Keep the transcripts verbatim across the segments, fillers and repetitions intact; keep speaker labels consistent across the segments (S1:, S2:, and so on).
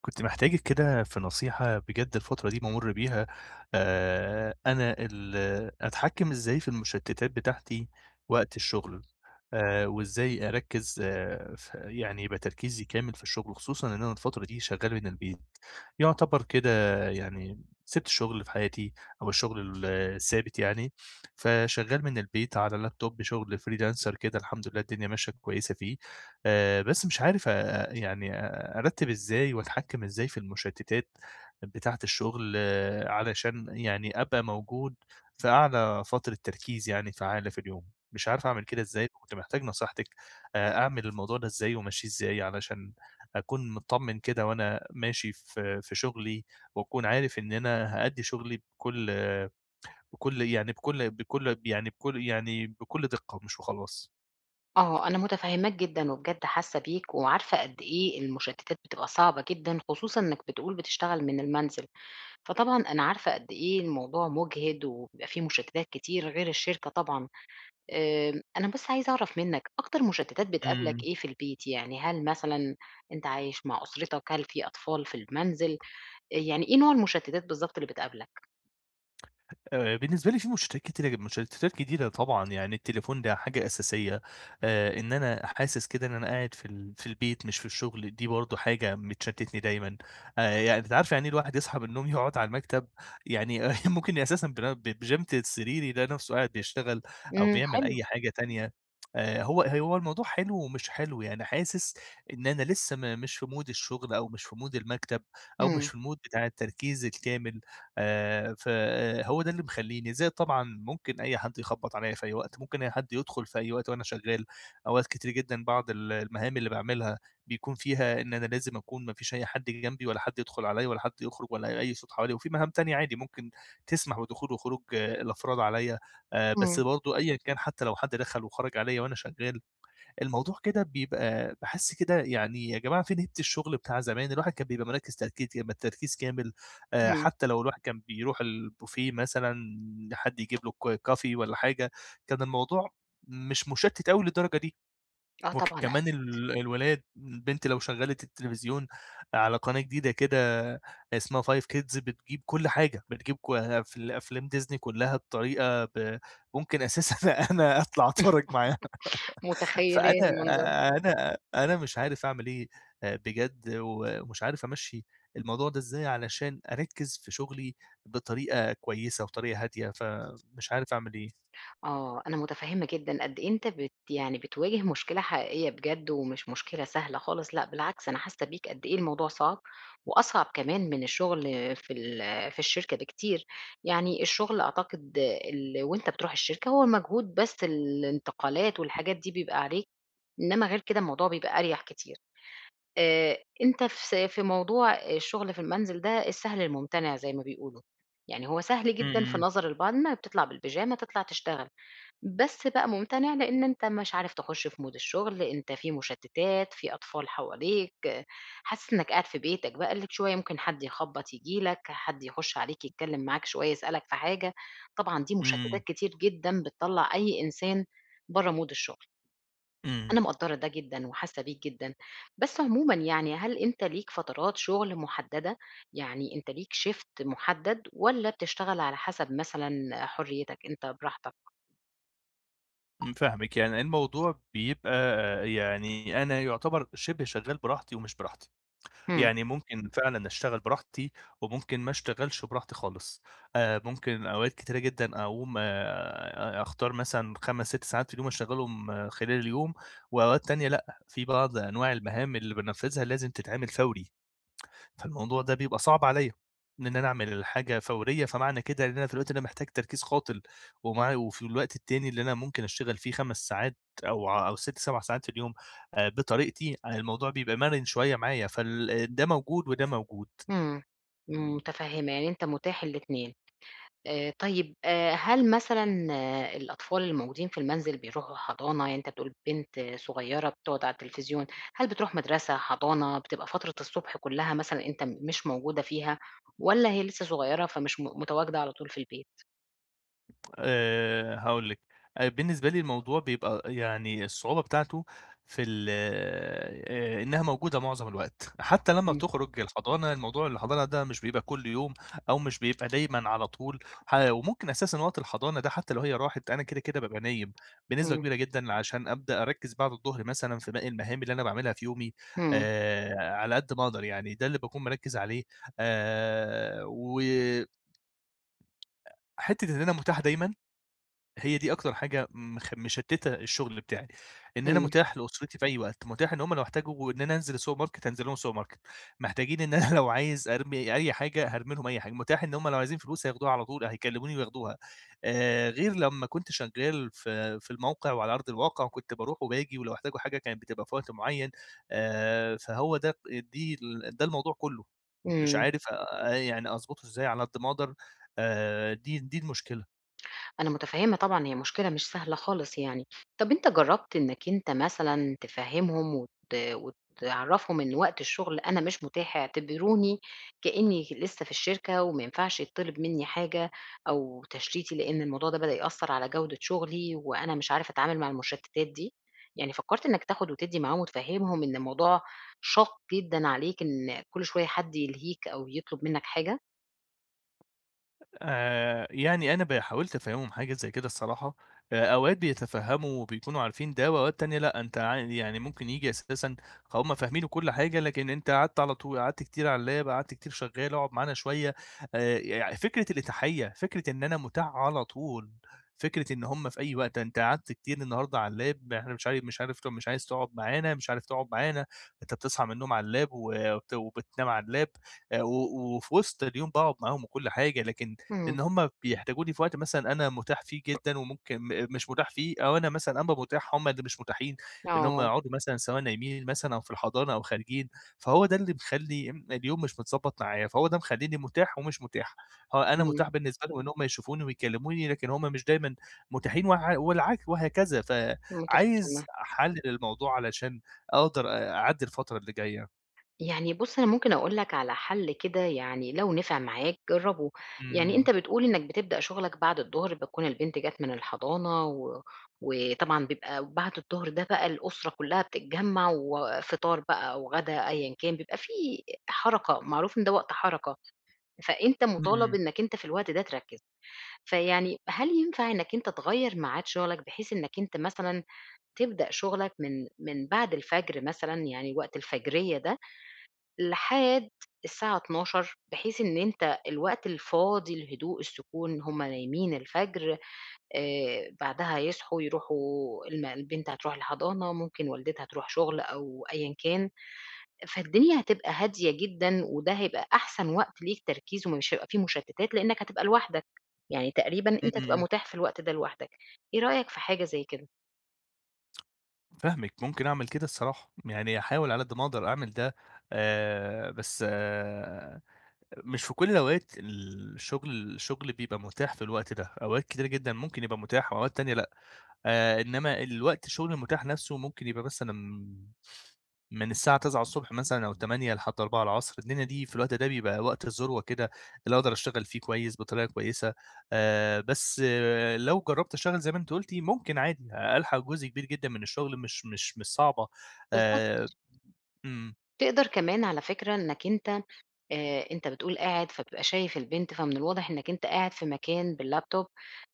S1: كنت محتاجِك كده في نصيحة بجد الفترة دي بامُر بيها، آآ أنا ال أتحكّم إزاي في المشتتات بتاعتي وقت الشغل، آآ وإزاي أركّز آه، ف يعني يبقى تركيزي كامل في الشغل، خصوصًا إن أنا الفترة دي شغّال من البيت، يعتبر كده يعني سِبت الشغل في حياتي أو الشغل الثابت يعني، فشغّال من البيت على اللابتوب شغل freelancer كده الحمد لله الدنيا ماشية كويسة فيه، آآ بس مش عارف آآ يعني أرتّب إزاي وأتحكّم إزاي في المشتّتات بتاعة الشغل آه، علشان يعني أبقى موجود في أعلى فترة تركيز يعني فعّالة في اليوم، مش عارف أعمل كده إزاي فكنت محتاج نصيحتِك آآ أعمل الموضوع ده إزاي وأمشّيه إزاي علشان أكون متطمّن كده وأنا ماشي في في شغلي وأكون عارف إن أنا هأدّي شغلي بكل بكل يعني بكل بكل يعني بكل يعني بكل دِقّة مش وخلاص؟
S2: آه، أنا متفهماك جدًا، وبجد حاسة بيك، وعارفة قد إيه المشتتات بتبقى صعبة جدًا، خصوصًا إنك بتقول بتشتغل من المنزل، فطبعًا أنا عارفة قد إيه الموضوع مجهد، وبيبقى فيه مشتتات كتير غير الشركة طبعًا. آمم، أنا بس عايزة أعرف منك أكتر مشتتات بتقابلك
S1: إمم.
S2: إيه في البيت؟ يعني هل مثلًا أنت عايش مع أسرتك، هل في أطفال في المنزل، آآ، يعني إيه نوع المشتتات بالضبط اللي بتقابلك؟
S1: آآ، بالنسبة لي في مشتتات كتيرة مشتتات كتيرة طبعًا، يعني التليفون ده حاجة أساسية. آآ، إن أنا حاسس كده إن أنا قاعد في ال في البيت مش في الشغل، دي برضه حاجة بتشتتني دايمًا. آآ، يعني أنتِ عارفة يعني إيه الواحد يصحى من النوم يقعد على المكتب؟ يعني ممكن أساسًا بن ببيجامة السرير يلاقي نفسه قاعد بيشتغل أو
S2: إمم،
S1: بيعمل
S2: حلو.
S1: أي حاجة تانية. آآ، هو هو الموضوع حلو ومش حلو، يعني حاسس إن أنا لسه م مش في مود الشغل أو مش في مود المكتب أو مش
S2: إمم.
S1: في المود بتاع التركيز الكامل. آآ، فهو ده اللي مخلّيني زائد طبعًا ممكن أي حد يخبّط عليَّ في أي وقت، ممكن أي حد يدخل في أي وقت وأنا شغّال، أوقات كتير جدًا بعض ال المهام اللي باعملها بيكون فيها إن أنا لازم أكون ما فيش أي حد جنبي ولا حد يدخل عليَّ ولا حد يخرج ولا أي صوت حواليّا، وفي مهام تانية عادي ممكن تسمح بدخول وخروج آه، الأفراد عليَّ. آآ، بس
S2: إمم.
S1: برضه أيًا كان حتى لو حد دخل وخرج عليَّ وأنا شغّال الموضوع كده بيبقى باحس كده يعني يا جماعة فين هيبة الشغل بتاع زمان، الواحد كان بيبقى مركّز تركيز كام تركيز كامل. آآ
S2: إمم.
S1: حتى لو الواحد كان بيروح البوفيه مثلًا حد يجيب له ك كافي والّا حاجة، كان الموضوع مش مشتِّت أوي للدرجة دي،
S2: آه طبعًا.
S1: وكمان ال الولاد بنتي لو شغّلت التلفزيون على قناة جديدة كده اسمها Five Kids بتجيب كل حاجة، بتجيب ك أف أفلام ديزني كلّها بطريقة ب ممكن أساسًا أنا أطلع أتفرّج معاها. فأنا
S2: متخيلة المنظر.
S1: أ أنا أنا مش عارف أعمل إيه آآ بجد، ومش عارف أمشّي الموضوع ده إزاي علشان أركّز في شغلي بطريقة كويسة وطريقة هادية، فمش عارف أعمل إيه.
S2: آه، أنا متفهّمة جدًا قد إيه أنت بت يعني بتواجه مشكلة حقيقية بجد ومش مشكلة سهلة خالص، لأ بالعكس أنا حاسة بيك قد إيه الموضوع صعب، وأصعب كمان من الشغل في ال في الشركة بكتير. يعني الشغل أعتقد ال وأنت بتروح الشركة هو المجهود بس الانتقالات والحاجات دي بيبقى عليك، إنما غير كده الموضوع بيبقى أريح كتير. آآ، أنت في س في موضوع الشغل في المنزل ده السهل الممتنع زي ما بيقولوا، يعني هو سهل جدًا في
S1: إمم،
S2: نظر البعض إنك بتطلع بالبيجامة تطلع تشتغل. بس بقى ممتنع لإن أنت مش عارف تخُش في mood الشغل، أنت في مشتتات، في أطفال حواليك، حاسس إنك قاعد في بيتك بقالك شوية ممكن حد يخبط ييجي لك، حد يخُش عليك يتكلم معاك شوية يسألك في حاجة، طبعًا دي مشتتات
S1: إمم،
S2: كتير جدًا بتطلّع أي إنسان برّه mood الشغل.
S1: إمم،
S2: أنا مقدّرة ده جدًا وحاسة بيك جدًا. بس عمومًا يعني هل أنت ليك فترات شغل محددة؟ يعني أنت ليك shift محدد والّا بتشتغل على حسب مثلًا حريتك أنت براحتك؟
S1: إمم، فاهمِك، يعني الموضوع بيبقى آه، يعني أنا يُعتبر شِبه شغّال براحتي ومش براحتي.
S2: إمم.
S1: يعني ممكن فعلًا أشتغل براحتي، وممكن ما أشتغلش براحتي خالص. آآ ممكن أوقات كتيرة جدًا أقوم آآ أختار مثلًا خمسة، ست ساعات في اليوم أشتغلهم آه، خلال اليوم، وأوقات تانية لأ، في بعض أنواع المهام اللي بانفذها لازم تتعمل فوري. فالموضوع ده بيبقى صعب عليّا، إن أنا أعمل الحاجة فورية، فمعنى كده إن أنا في الوقت اللي أنا محتاج تركيز قاتل، ومع وفي الوقت التاني اللي أنا ممكن أشتغل فيه خمس ساعات أو ع أو ست، سبع ساعات في اليوم آآ بطريقتي، آه، الموضوع بيبقى مَرِن شوية معايا، فال ده موجود وده موجود.
S2: إمم. إمم، متفهمة، يعني أنت متاح الاتنين. آآ طيب آآ هل مثلًا آه، الأطفال الموجودين في المنزل بيروحوا حضانة، يعني أنت بتقول بنت آه، صغيرة بتقعد على التلفزيون، هل بتروح مدرسة، حضانة، بتبقى فترة الصبح كلها مثلًا أنت م مش موجودة فيها، والّا هي لسه صغيرة فمش م متواجدة على طول في البيت؟
S1: آآ هاقول لِك، آآ بالنسبة لي الموضوع بيبقى يعني الصعوبة بتاعته في ال آآ إنها موجودة معظم الوقت، حتى لمّا
S2: إمم.
S1: بتخرج الحضانة الموضوع الحضانة ده مش بيبقى كل يوم أو مش بيبقى دايمًا على طول، ح وممكن أساسًا وقت الحضانة ده حتى لو هي راحت أنا كده، كده بابقى نايم بنسبة
S2: إمم.
S1: كبيرة جدًا عشان أبدأ أركّز بعد الضهر مثلًا في باقي المهام اللي أنا باعملها في يومي
S2: إمم.
S1: آآ على قد ما أقدر يعني، ده اللي باكون مركّز عليه. آآ وحتّة إن أنا متاح دايمًا هي دي أكتر حاجة مخ مشتِّتة الشغل بتاعي، إن أنا
S2: إمم.
S1: متاح لأسرتي في أي وقت، متاح إن هُم لو احتاجوا إن أنا أنزل السوبر ماركت هانزل لهم السوبر ماركت، محتاجين إن أنا لو عايز أرمي أي حاجة هارمي لهم أي حاجة، متاح إن هُم لو عايزين فلوس هياخدوها على طول، هيكلموني وياخدوها. آآ غير لمّا كنت شغال في في الموقع وعلى أرض الواقع، كنت باروح وباجي ولو احتاجوا حاجة كانت بتبقى في وقت معيّن. آآ فهو ده. دي ال ده الموضوع كُلّه، مش
S2: إمم.
S1: عارف آآ يعني أضبطه إزاي على قد ما أقدر. آآ دي دي المشكلة.
S2: أنا متفهمة طبعًا، هي مشكلة مش سهلة خالص يعني. طب أنت جرّبت إنّك أنت مثلًا تفهّمهم وت وتعرّفهم إن وقت الشغل أنا مش متاح، اعتبروني كإنّي لسّه في الشركة وما ينفعش يتطلب منّي حاجة أو تشتيتي، لإن الموضوع ده بدأ يأثّر على جودة شغلي وأنا مش عارف أتعامل مع المشتتات دي؟ يعني فكّرت إنّك تاخد وتدّي معاهم وتفهّمهم إن الموضوع شاق جدًا عليك، إن كل شوية حد يلهيك أو يطلب منّك حاجة؟
S1: آآ، يعني أنا ب حاولت أفهّمهم حاجة زي كده الصراحة. آآ، أوقات بيتفهّموا وبيكونوا عارفين ده، وأوقات تانية لأ، أنت ع يعني ممكن ييجي أساسًا هُم فاهمين وكل حاجة، لكن أنت قعدت على طول قعدت كتير على اللاب، قعدت كتير شغّال، اقعد معانا شوية. آآ، يع فكرة الإتاحية، فكرة إن أنا مُتاح على طول، فكرة إن هُم في أي وقت أنت قعدت كتير النهارده على اللاب، إحنا مش عارف مش عارف ت مش عايز تقعد معانا، مش عارف تقعد معانا، أنت بتصحى من النوم على اللاب و وبت وبتنام على اللاب، آآ، و وفي وسط اليوم باقعد معاهم وكل حاجة، لكن
S2: إمم.
S1: إن هُم بيحتاجوني في وقت مثلًا أنا متاح فيه جدًا وممكن م مش متاح فيه، أو أنا مثلًا أبقى متاح هُم اللي مش متاحين، اللي هُم
S2: آه.
S1: يقعدوا مثلًا سواء نايمين مثلًا أو في الحضانة أو خارجين، فهو ده اللي مخلّي امم، اليوم مش متضبط معايا، فهو ده مخلّيني متاح ومش متاح، هو أنا
S2: إمم.
S1: متاح بالنسبة لهم إن هُم يشوفوني ويكلموني، لكن هُم مش دايمًا متاحين وع والعكس وهكذا،
S2: متفهمة.
S1: فعايز أحلل الموضوع علشان أقدر أ أعدّي الفترة اللي جاية.
S2: يعني بُص، أنا ممكن أقول لك على حَل كده يعني لو نفع معاك جرّبه، يعني
S1: إمم،
S2: أنت بتقول إنّك بتبدأ شُغلك بعد الضهر بتكون البنت جات من الحضانة و وطبعًا بيبقى بعد الضهر ده بقى الأسرة كُلّها بتتجمّع وفطار بقى أو غدا أيًا كان، بيبقى في حَرَكة، معروف إن ده وقت حَرَكة، فأنت مُطالب
S1: إمم،
S2: إنّك أنت في الوقت ده تركّز. فيعني هل ينفع إنّك أنت تغيّر ميعاد شُغلك بحيث إنّك أنت مثلًا تبدأ شُغلك من من بعد الفجر مثلًا، يعني وقت الفجرية ده لحد الساعة اتناشر بحيث إن أنت الوقت الفاضي، الهدوء، السكون، هُم نايمين الفجر، آآ بعدها يصحوا يروحوا الم البنت هتروح الحضانة، ممكن والدتها تروح شغل أو أيًا كان، فالدنيا هتبقى هادية جدًا وده هيبقى أحسن وقت ليك تركيز ومش هيبقى في مشتتات لإنك هتبقى لوحدك، يعني تقريبًا أنت هتبقى
S1: إمم،
S2: متاح في الوقت ده لوحدك. إيه رأيك في حاجة زي كده؟
S1: فاهمِك، ممكن أعمل كده الصراحة، يعني أحاول على قد ما أقدر أعمل ده آآ، بس آآ، مش في كل الأوقات الشغل الشغل بيبقى متاح في الوقت ده، أوقات كتيرة جدًا ممكن يبقى متاح وأوقات تانية لأ. آآ، إنما الوقت الشغل المتاح نفسه ممكن يبقى مثلًا من الساعة التاسعة مثلًا أو ثمانية لحد أربعة الدنيا دي في الوقت ده بيبقى وقت الذروة كده، اللي أقدر أشتغل فيه كويس بطريقة كويسة. آآ، بس آه، لو جرّبت أشتغل زي ما أنتِ قُلتِ ممكن عادي ألحق جزء كبير جدًا من الشغل مش مش مش صعبة.
S2: بالضبط.
S1: آآ، إمم،
S2: تقدر كمان على فكرة إنك أنت آآ أنت بتقول قاعد، فبتبقى شايف البنت، فمن الواضح إنك أنت قاعد في مكان باللابتوب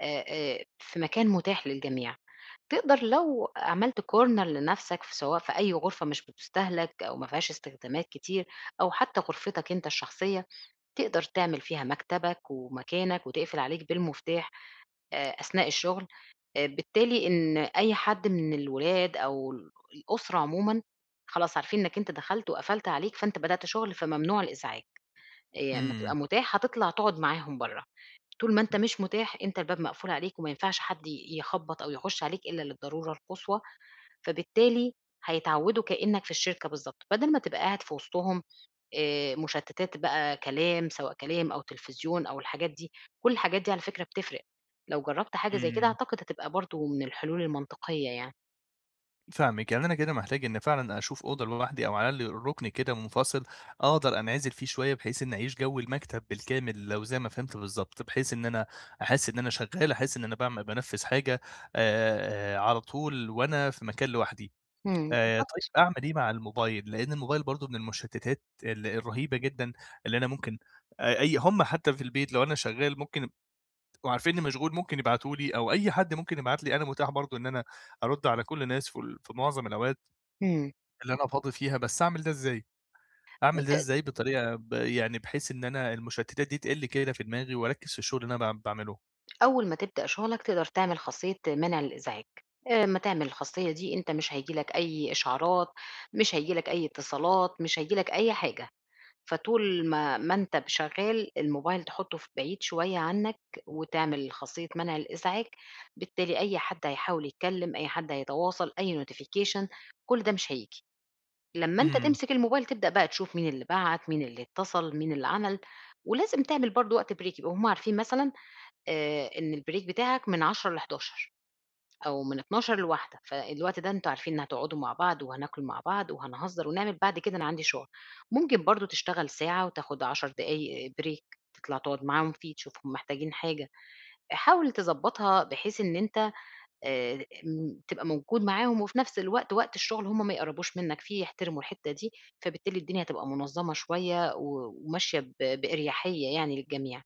S2: آآ آآ في مكان متاح للجميع. تقدر لو عملت corner لنفسك في سواء في أي غرفة مش بتستهلك أو ما فيهاش استخدامات كتير أو حتى غرفتك أنت الشخصية، تقدر تعمل فيها مكتبك ومكانك وتقفل عليك بالمفتاح آآ أثناء الشغل. آآ بالتالي إن أي حد من الولاد أو ال الأسرة عمومًا، خلاص عارفين إنّك أنت دخلت وقفلت عليك، فأنت بدأت شغل فممنوع الإزعاج. آآ أمّا تبقى
S1: إمم،
S2: متاح هتطلع تقعد معاهم برّه، طول ما أنت مش متاح أنت الباب مقفول عليك وما ينفعش حد ي يخبّط أو يخُش عليك إلا للضرورة القصوى، فبالتالي هيتعوّدوا كإنّك في الشركة بالضبط، بدل ما تبقى قاعد في وسطهم آآ مشتتات بقى كلام، سواء كلام أو تلفزيون أو الحاجات دي، كل الحاجات دي على فكرة بتفرق. لو جرّبت حاجة زي كده
S1: إمم.
S2: أعتقد هتبقى برضه من الحلول المنطقية يعني.
S1: فاهمِك، يعني أنا كده محتاج إن فعلًا أشوف أوضة لوحدي أو على الأقل رُكن كده منفصل أقدر أنعزل فيه شوية، بحيث إني أعيش جو المكتب بالكامل لو زي ما فهمت بالضبط، بحيث إن أنا أحس إن أنا شغّال، أحس إن أنا باعم بانفذ حاجة آآ، على طول وأنا في مكان لوحدي.
S2: إمم،
S1: آآ، طيب
S2: بالضبط.
S1: أعمل إيه مع الموبايل؟ لإن الموبايل برضه من المشتتات ال الرهيبة جدًا اللي أنا ممكن أ أي هم حتى في البيت لو أنا شغّال ممكن وعارفينّي مشغول ممكن يبعتوا لي أو أي حد ممكن يبعت لي، أنا متاح برضه إن أنا أرُد على كل الناس في ال في معظم الأوقات.
S2: إمم.
S1: اللي أنا فاضي فيها، بس أعمل ده إزاي؟ أعمل
S2: ت
S1: ده إزاي بطريقة ب يعني بحيث إن أنا المشتتات دي تقِل كده في دماغي وأركّز في الشغل اللي أنا باع باعمله؟
S2: أول ما تبدأ شغلك تقدر تعمل خاصية منع الإزعاج، أمّا تعمل الخاصية دي أنت مش هييجي لك أي إشعارات، مش هييجي لك أي اتصالات، مش هييجي لك أي حاجة. فطول ما ما أنت شغال الموبايل تحطه في بعيد شوية عنك، وتعمل خاصية منع الإزعاج، بالتالي أي حد هيحاول يتكلم، أي حد هيتواصل، أي notification كل ده مش هييجي. لمّا أنت
S1: إمم.
S2: تمسك الموبايل تبدأ بقى تشوف مين اللي بعت، مين اللي اتصل، مين اللي عمل، ولازم تعمل برضه وقت break يبقوا هُم عارفين مثلًا آآ إن الbreak بتاعك من عشرة ل11:00. أو من اتناشر ل13:00 فالوقت ده أنتم عارفين إن هتقعدوا مع بعض وهناكلوا مع بعض وهنهزر ونعمل، بعد كده أنا عندي شغل. ممكن برضه تشتغل ساعة وتاخد عشر دقايق break تطلع تقعد معاهم فيه، تشوفهم محتاجين حاجة. حاول تضبّطها بحيث إن أنت آآ م تبقى موجود معاهم وفي نفس الوقت وقت الشغل هم ما يقرّبوش منّك فيه، يحترموا الحتّة دي، فبالتالي الدنيا هتبقى منظّمة شوية و وماشية ب بأريحية يعني للجميع.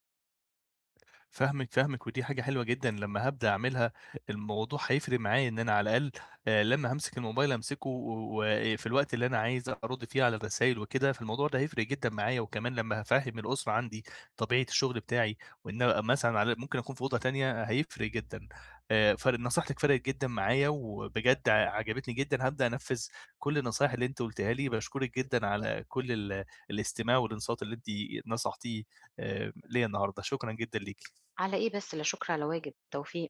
S1: فاهمِك، فاهمِك، ودي حاجة حلوة جدًا لمّا هابدأ أعملها، الموضوع هيفرق معايا إن أنا على الأقل آآ لمّا هامسك الموبايل أمسكه و وفي الوقت اللي أنا عايز أرُد فيه على الرسايل وكده، فالموضوع ده هيفرق جدًا معايا، وكمان لمّا هافهِّم الأسرة عندي طبيعة الشغل بتاعي، وإن أنا مثلًا على ممكن أكون في أوضة تانية، هيفرق جدًا. آآ فر نصيحتِك فرقت جدًا معايا، وبجد عجبتني جدًا، هابدأ أنفِّذ كل النصايح اللي أنتِ قُلتيها لي، باشكرِك جدًا على كل ال الاستماع والإنصات اللي أنتِ نصحتيه آآ ليّا النهارده، شكرًا جدًا ليكِ.
S2: على إيه بس، لا شكر على واجب. بالتوفيق.